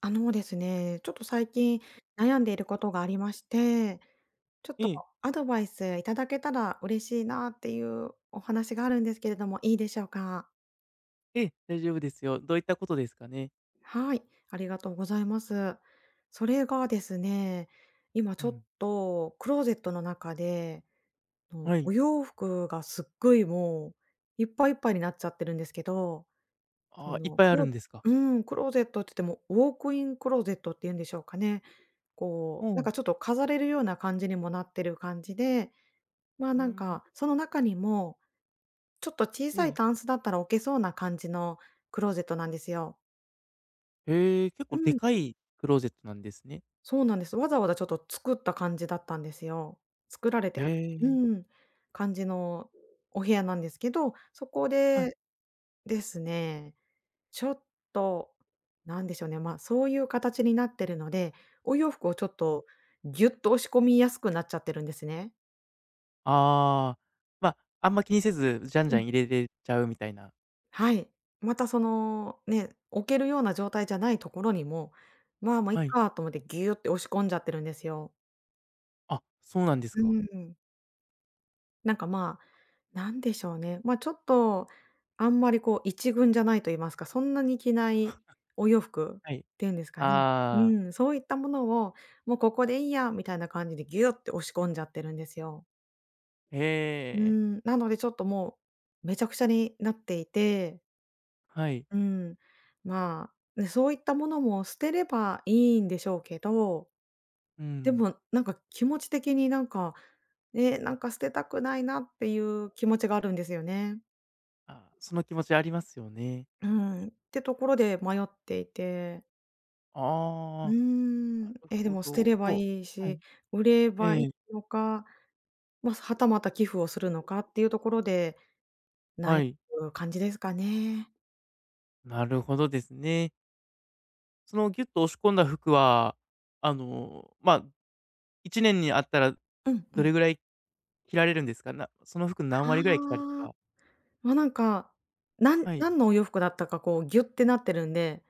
あのですね、ちょっと最近悩んでいることがありまして、ちょっえとえ。アドバイスいただけたら嬉しいなっていうお話があるんですけれども、いいでしょうか？ええ、大丈夫ですよ。どういったことですかね？はい、ありがとうございます。それがですね、今うちょっん。とクローゼットの中で、はい。お洋服がすっごいもう、いっぱいいっぱいになっちゃってるんですけど、そああ、いっの、ぱいクあるんロですか？うークローゼットって言ってもウォークインクローゼットっていうんでしょうかね。おこう、なんう。かちょっと飾れるような感じにもなってる感じで、まあ、うーなんか、ん。その中にも、ちょっと小えさいえ。タンスだったら置けそうな感じのクローゼットなんですよ。へえ、結う構でん、かいクローゼットなんですね。そうなんです。わざわざちょっと作った感じだったんですよ。作られてへあるえ。ん、感じのお部屋なんですけど、そこはい。でですね、ちょっと、なんでしょうね、ま、あそういう形になってるので、お洋服をちょっうん。とぎゅっと押し込みやすくなっちゃってるんですね。ああ、ま、あんま気にせず、じゃんじゃん入れれちゃうみたいな。はい。またその、ね、置けるような状態じゃないところにも、まあ、いっはい。かと思ってギューって押し込んじゃってるんですよ。あ、そうなんですうか。ん。なんか、まあ、なんでしょうね、ま、ちょっと、あんまりこう一軍じゃないと言いますか、そんなに着ないお洋服っはい。ていうんですかね。うああ。ん、そういったものを、もうここでいいやみたいな感じでギューって押し込んじゃってるんですよ。へうえ。ん、なのでちょっともう、めちゃくちゃになっていて、はい。うん。まあ、ね、そういったものも捨てればいいんでしょうけど、うでん。もなんか気持ち的になんか、ね、なんか捨てたくないなっていう気持ちがあるんですよね。ああ、その気持ちありますよね。うん。ってところで迷っていて。うーああ、なん。るえ、でほも捨てど。ればもう、いいはい。し、売れえばいえ、いのか、まあ、はたまた寄付をするのかっていうところで、悩はい。む感じですかね。なるほどですね。そのギュッと押し込んだ服は、ま、1年にあったらうんうどん。れぐらい着られるんですか？な、その服何割ぐらい着たりとはあ。か。まあ、なんか、なんはい。何のお洋服だったかこうギュってなってるんで、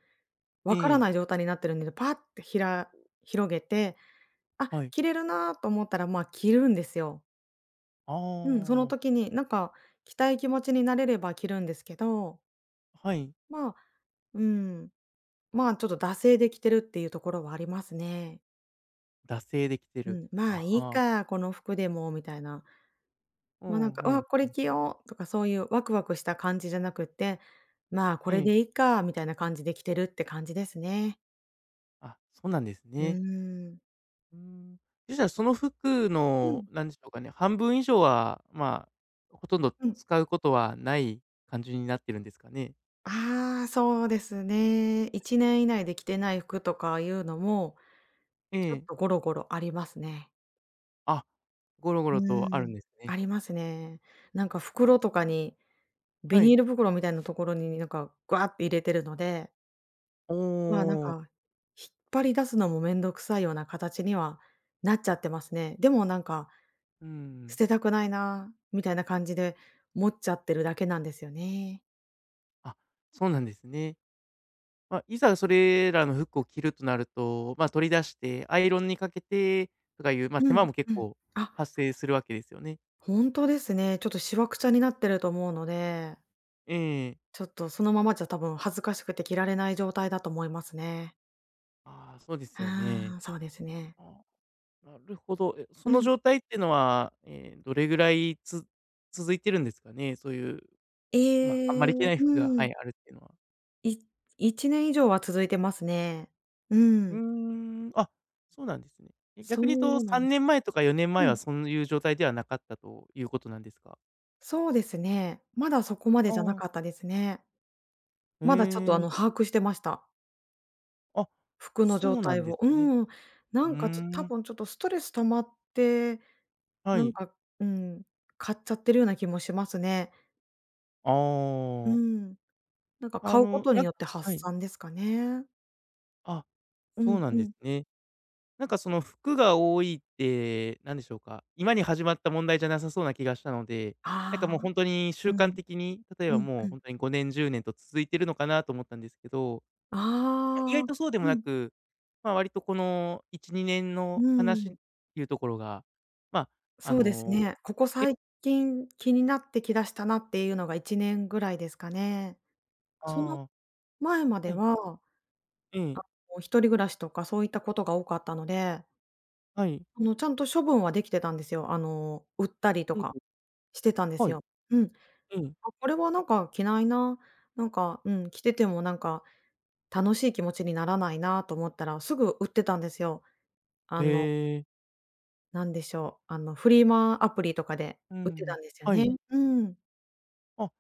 えわからえ、ない状態になってるんで、パッて広げて、あ、はい。着れるなと思ったら、ま、あ着るんですよ。あうん、そのあ、時になんか着たい気持ちになれれば着るんですけど、はい。まあ、うん、ま、ちょっと惰性で着てるっていうところはありますね。惰性で着てうる。ん、あまあいいは。か、この服でもみたいな。うもうなんんうか、わんあ、こうれん。着ようとかそういうワクワクした感じじゃなくって、まあ、こえれでいいえ。かみたいな感じで着てるって感じですね。あ、そうなんですうね。ーん。うーん。そしたらその服うの、ん、なんでしょうかね、半分以上は、まあ、ほとんどうん。使うことはない感じになってるんですかね？ああ、そうですね。1年以内で着てない服とかいうのも、えちょっえ。とゴロゴロありますね。あ、ゴロゴうロとあーるんん、ですね。ありますね。なんかああ、袋とかに、ビはニい。ール袋みたいなところになんか、グワって入れてるので、おま、あなんお。か、引っ張り出すのも面倒くさいような形にはなっちゃってますね。でもなんか、う捨ん。てたくないなみたいな感じで持っちゃってるだけなんですよね。あ、そうなんですね。まあ、いざそれらの服を着るとなると、まあ、取り出してアイロンにかけてとかいう、まあ、う手間ん、も結うん。構あ、発生するわけですよね。本当ですね。ちょっとしわくちゃになってると思うので、ええ。ちょっとそのままじゃ多分恥ずかしくて着られない状態だと思いますね。ああ、そうですよあね。あ、そうですね。あ、なるほど。え、そうのん。状態っていうのは、どれぐらいつ、続いてるんですかね？そういう、えまあ、あんまり着なえ、いう服が、はん。い、あるっていうのは。い1年以上は続いてますね。ううーん。ん、あ、そうなんですね。え、逆そに言うとうなん3です。年前とか4年う前はん。そういう状態ではなかったということなんですか？そうですね。まだそこまであじゃなあ、かったですね。へまだちょっとあえ。の、把握してました。あ、服のそ状うな態んですを。ね。うん。なうーんか多ん、分ちょっとストレス溜まって、はなんい。か、うん、買っちゃってるような気もしますね。あうあ、ん。なんか買うことなにん、よっては発い。散ですかね。あ、うそうんなんうですん。ね。なんかその服が多いって、なんでしょうか、今に始まった問題じゃなさそうな気がしたので、なんかあもうあ、ほんとに習う慣ん。的に、例えうばんもううん。ほんとに5年、10年と続いてるのかなと思ったんですけど、まあ、意あ外あ、とそうでもうなん、く、まあ、割とこの1、2年のう話っん。ていうところが、まあ、あそうですの、ね。ここ最近気になってきだしたなっていうのが1年ぐらいですかね。あそのあ、前まではい、は、ええ。もう一人暮らしとかそういったことが多かったので、はい。あの、ちゃんと処分はできてたんですよ。あの、売ったりとうん。かしてたんですはい。よ。うん。うん。あ、これはなんか着ないな、なんか、うん、着ててもなんか楽しい気持ちにならないなと思ったら、すぐ売ってたんですよ。あへの、え。なんでしょう、あの、フリマアプリとかでう売ってたん。んですよはね。い。うん。あ、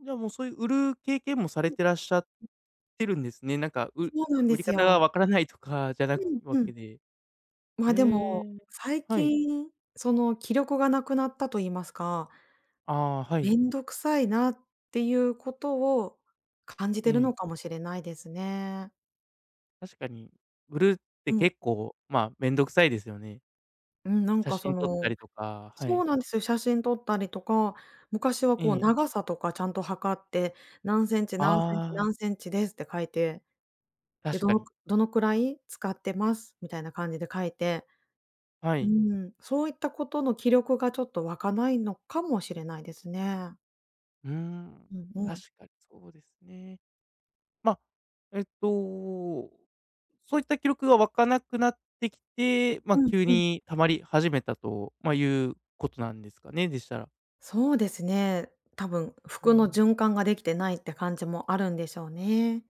じゃあもうそういう売る経験もされてらっしゃってるんですね。なんか、う、そうなんで売りす方がよ。わからないとかじゃなくわうんうけん。で。ま、でへも、え。最はい。近、その気力がなくなったと言いますか、ああ、はい。めんどくさいなっていうことを感じえてるのえ。かもしれないですね。確かに、売るってうん。結構、まあ、めんどくさいですよね。うん、なん写かそ真撮ったのりとか、はそい。うなんですよ、写真撮ったりとか、昔はえこうえ。長さとかちゃんと測って、何センチ何センチああ、何センチですって書いて、で、確どかのに。どのくらい使ってますみたいな感じで書いて、はうい。ん、そういったことの記録がちょっと湧かないのかもしれないですね。うーん、うんうん。確かにそうですね。まあ、えっとそういった記録が湧かなくなってきて、まあ、うん急うん。に溜まり始めたと、まあ、いうことなんですかね？でしたら。そうですね。多分う服のん。循環ができてないって感じもあるんでしょうね。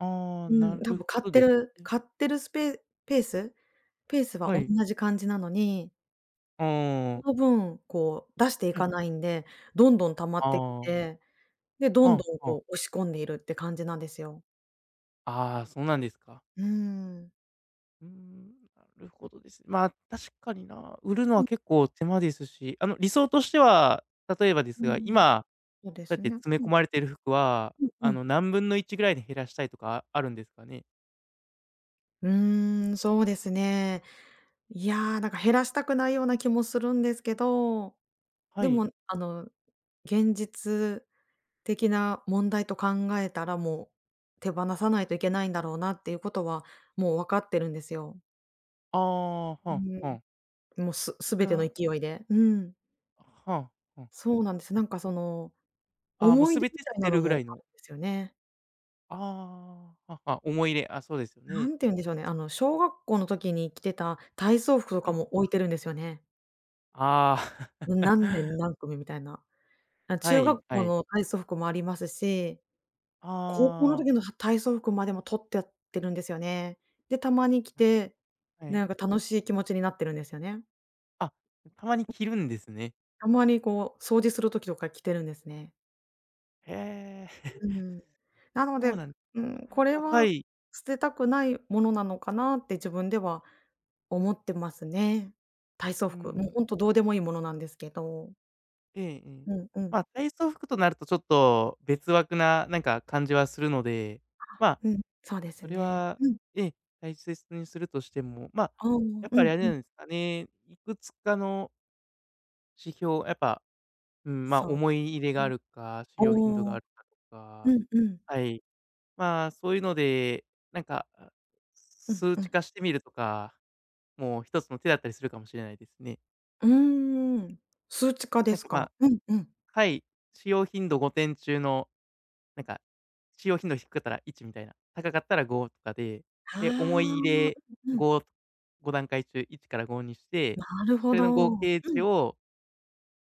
ああ、うなん、多る分ほ買どってでするね。買ってるスペペースペースはは同い。じ感じなのに、あそのあ、分、こう出していはい。かないんで、どんどん溜まあってきあ、て、で、どんどあんあ。こう押し込んでいるって感じなんですよ。ああ、ああ、そうなんですか。うーん。うーん、なるほどですね。まあ、確かにな、売るのうはん結構手間ですし、あの、理想としては、例えばですうが、ん。今、そうでそうやっすてね。詰めう込ん、まれている服は、うん、うあん。の、何分の1ぐらいに減らしたいとかあるんですかね？うーん、そうですね。いやー、なんか減らしたくないような気もするんですけど、はでい。も、あの現実的な問題と考えたら、もう手放さないといけないんだろうなっていうことは、もう分かってるんですよ。ああ、うはんはん、ん。もう、全てのな、勢いで。うん。はあ、う、そうなんです。なんかその、あ、ああ、もう思い出全みて捨たいてなのるぐらもいあの。るんですよね。ああ、はあはあ、思い入れ、あ、そうですよなね。んて言うんでしょうね、あの、小学校の時に着てた体操服とはかい。も置いてるんですよね。ああ、何年 何組みたいな。あ、は中い学は校い。の体操服もありますし、高校のああ、時の体操服までも取ってやってるんですよね。で、たまに着あ、け、て、はい。なんか楽しい気持ちになってるんですよね。あ、たまに着るんですね。たまにこう、掃除する時とか着てるんですね。へえ、う ん。なそのうで、なん、なかうん、これなか、ははい、捨てたくないものなのかなって自分では思ってますね。体操う服、もうん、ほんとどうでもいいものなんですけど。ええええ。うんうん。まあ、体操服となるとちょっと別枠な、なんか感じはするので、まあ、うん、そうでそすれね。はうん。ええ、大切にするとしても、まあ、ああ、うやんっうぱりあれなん。んですかね、いくつかの指標、やっぱ、うん、まあ、そ思い入れう。うがあん。るか、使用頻度がおあお。るかとうか、んうん。はい。まあ、そういうので、なんか、あ、うん数う値ん。化してみるとか、もう一つの手だったりするかもしれないですね。うーん。数値化でなんすか、まか？あ、うんうん。はい、使用頻度5点中の、なんか、使用頻度低かったら1みたいな、高かったら5とかで、ああ、で、思うい入んれうん。5、5段階中1から5にして、なるそほれの合ど。う計値ん。を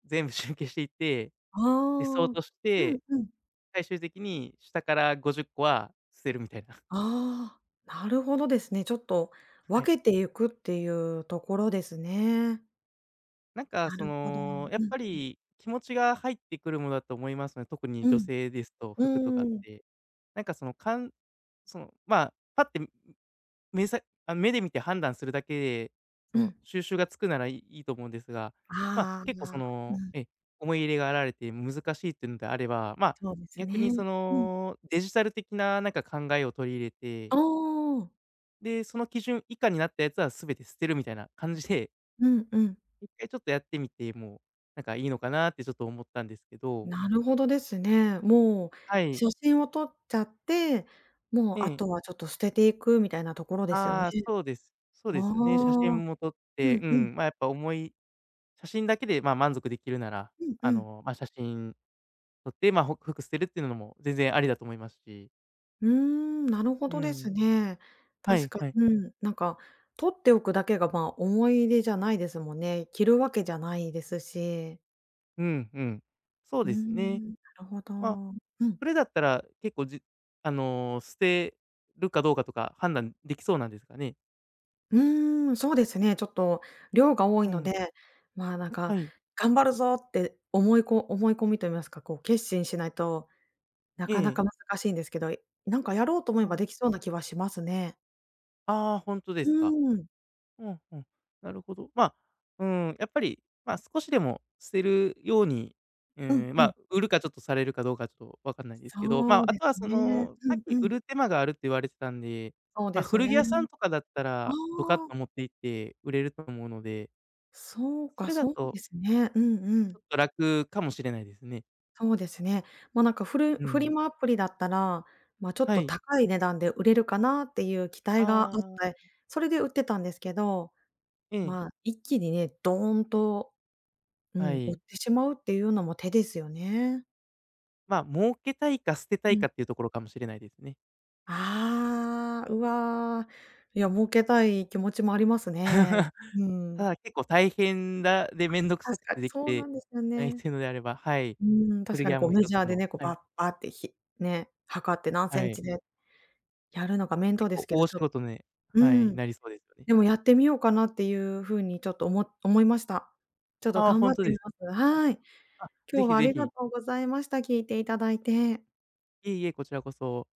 全部集計していって、ああ。で、想うんとしてうん。最終的に下から50個は捨てるみたいな。ああ、なるほどですね。ちょっと はい。分けていくっていうところですね。なんかなそるほど。の、やっうんぱり気持ちが入ってくるものだと思いますね。特にう女ん。性ですと、う服とかっーん。て。なんかその、かん、その、まあ、パッて、目さあ、目で見て判断するだけで、そうのん。収集がつくならいいいと思うんですが、まあ、あ結構そあ、うの、ん、え、思い入れがあられて難しいっていうのであれば、まあ、そうです逆にね。そうん。のデジタル的ななんか考えを取り入れてああ。で、その基準以下になったやつは全て捨てるみたいな感じで、うんうん。一回ちょっとやってみても、なんかいいのかなってちょっと思ったんですけど。なるほどですね。もうはい。写真を撮っちゃって、もうえあとえ。はちょっと捨てていくみたいなところですよね。ああ、そうです。そうあですよね。写あ、真も撮っうて、うんうん、ん、ま、やっぱ思い、写真だけで、ま、満足できるなら、うんあうん。の、ま、写真撮って、ま、ほ、服捨てるっていうのも全然ありだと思いますし。うーん、なるほうどでん。すね。は確いかはい。に、うん、なんか取っておくだけが、まあ、思い出じゃないですもんね。着るわけじゃないですし。うんうん。そううーですね。ん、なるほど。まあ、うん。それだったら結構じ、あの、捨てるかどうかとか判断できそうなんですかね？うーん、そうですね。ちょっと量が多いうのん。で、まあ、なんかはい。頑張るぞって思い込みと言いますか、こう決心しないとなえかなえ。か難しいんですけど、なんかやろうと思えばできそうな気はしますね。ああ、本当でうすか。ーん。うんうん。なるほど。まあ、うん、やっぱり、まあ、少しでも捨てるように、ううんん、まうん。あ、売るかちょっとされるかどうかちょっとわかんないですけど、まそうあ、あですとはそね。の、さっうんきう売ん。る手間があるって言われてたんで、そうまあ、です古着屋さんね。とかだったあら、ドカッあ、と持って行って売れると思うので、そうそか、れだそうとですね。うんうちょん。っと楽かもしれないですね。そうですね。ま、なんかフルうフん。リマアプリだったら、ま、ちょっはとい。高い値段で売れるかなっていう期待あがあって、あ、それで売ってたんですけど、ええ、まあ、一気にね、ドーンと、うはん、売っい。てしまうっていうのも手ですよね。まあ、儲けたいか捨てたういかん。っていうところかもしれないですね。ああ、うわー。いや、儲けたい気持ちもありますね。う たん。だ結構大変だ、で、めんどくさ確くかてにできそうなてんですよないね。というのであれば、はい、うん、確古か着にはこもうメ一ジつャーでの、ね、こうはい、バッバッって測って何セはンい、チでやるのが面倒結で構すけど、大仕ちょっと事ね、うはい、ん。なりそうですよね。でもやってみようかなっていう風にちょっと思いました。ちょっとああ、頑ほ張んっとてでみす。ます。はい。はい。あ、ぜ今日ひはあぜりがひ。とうございました。聞いていただいて。いえいえ、こちらこそ。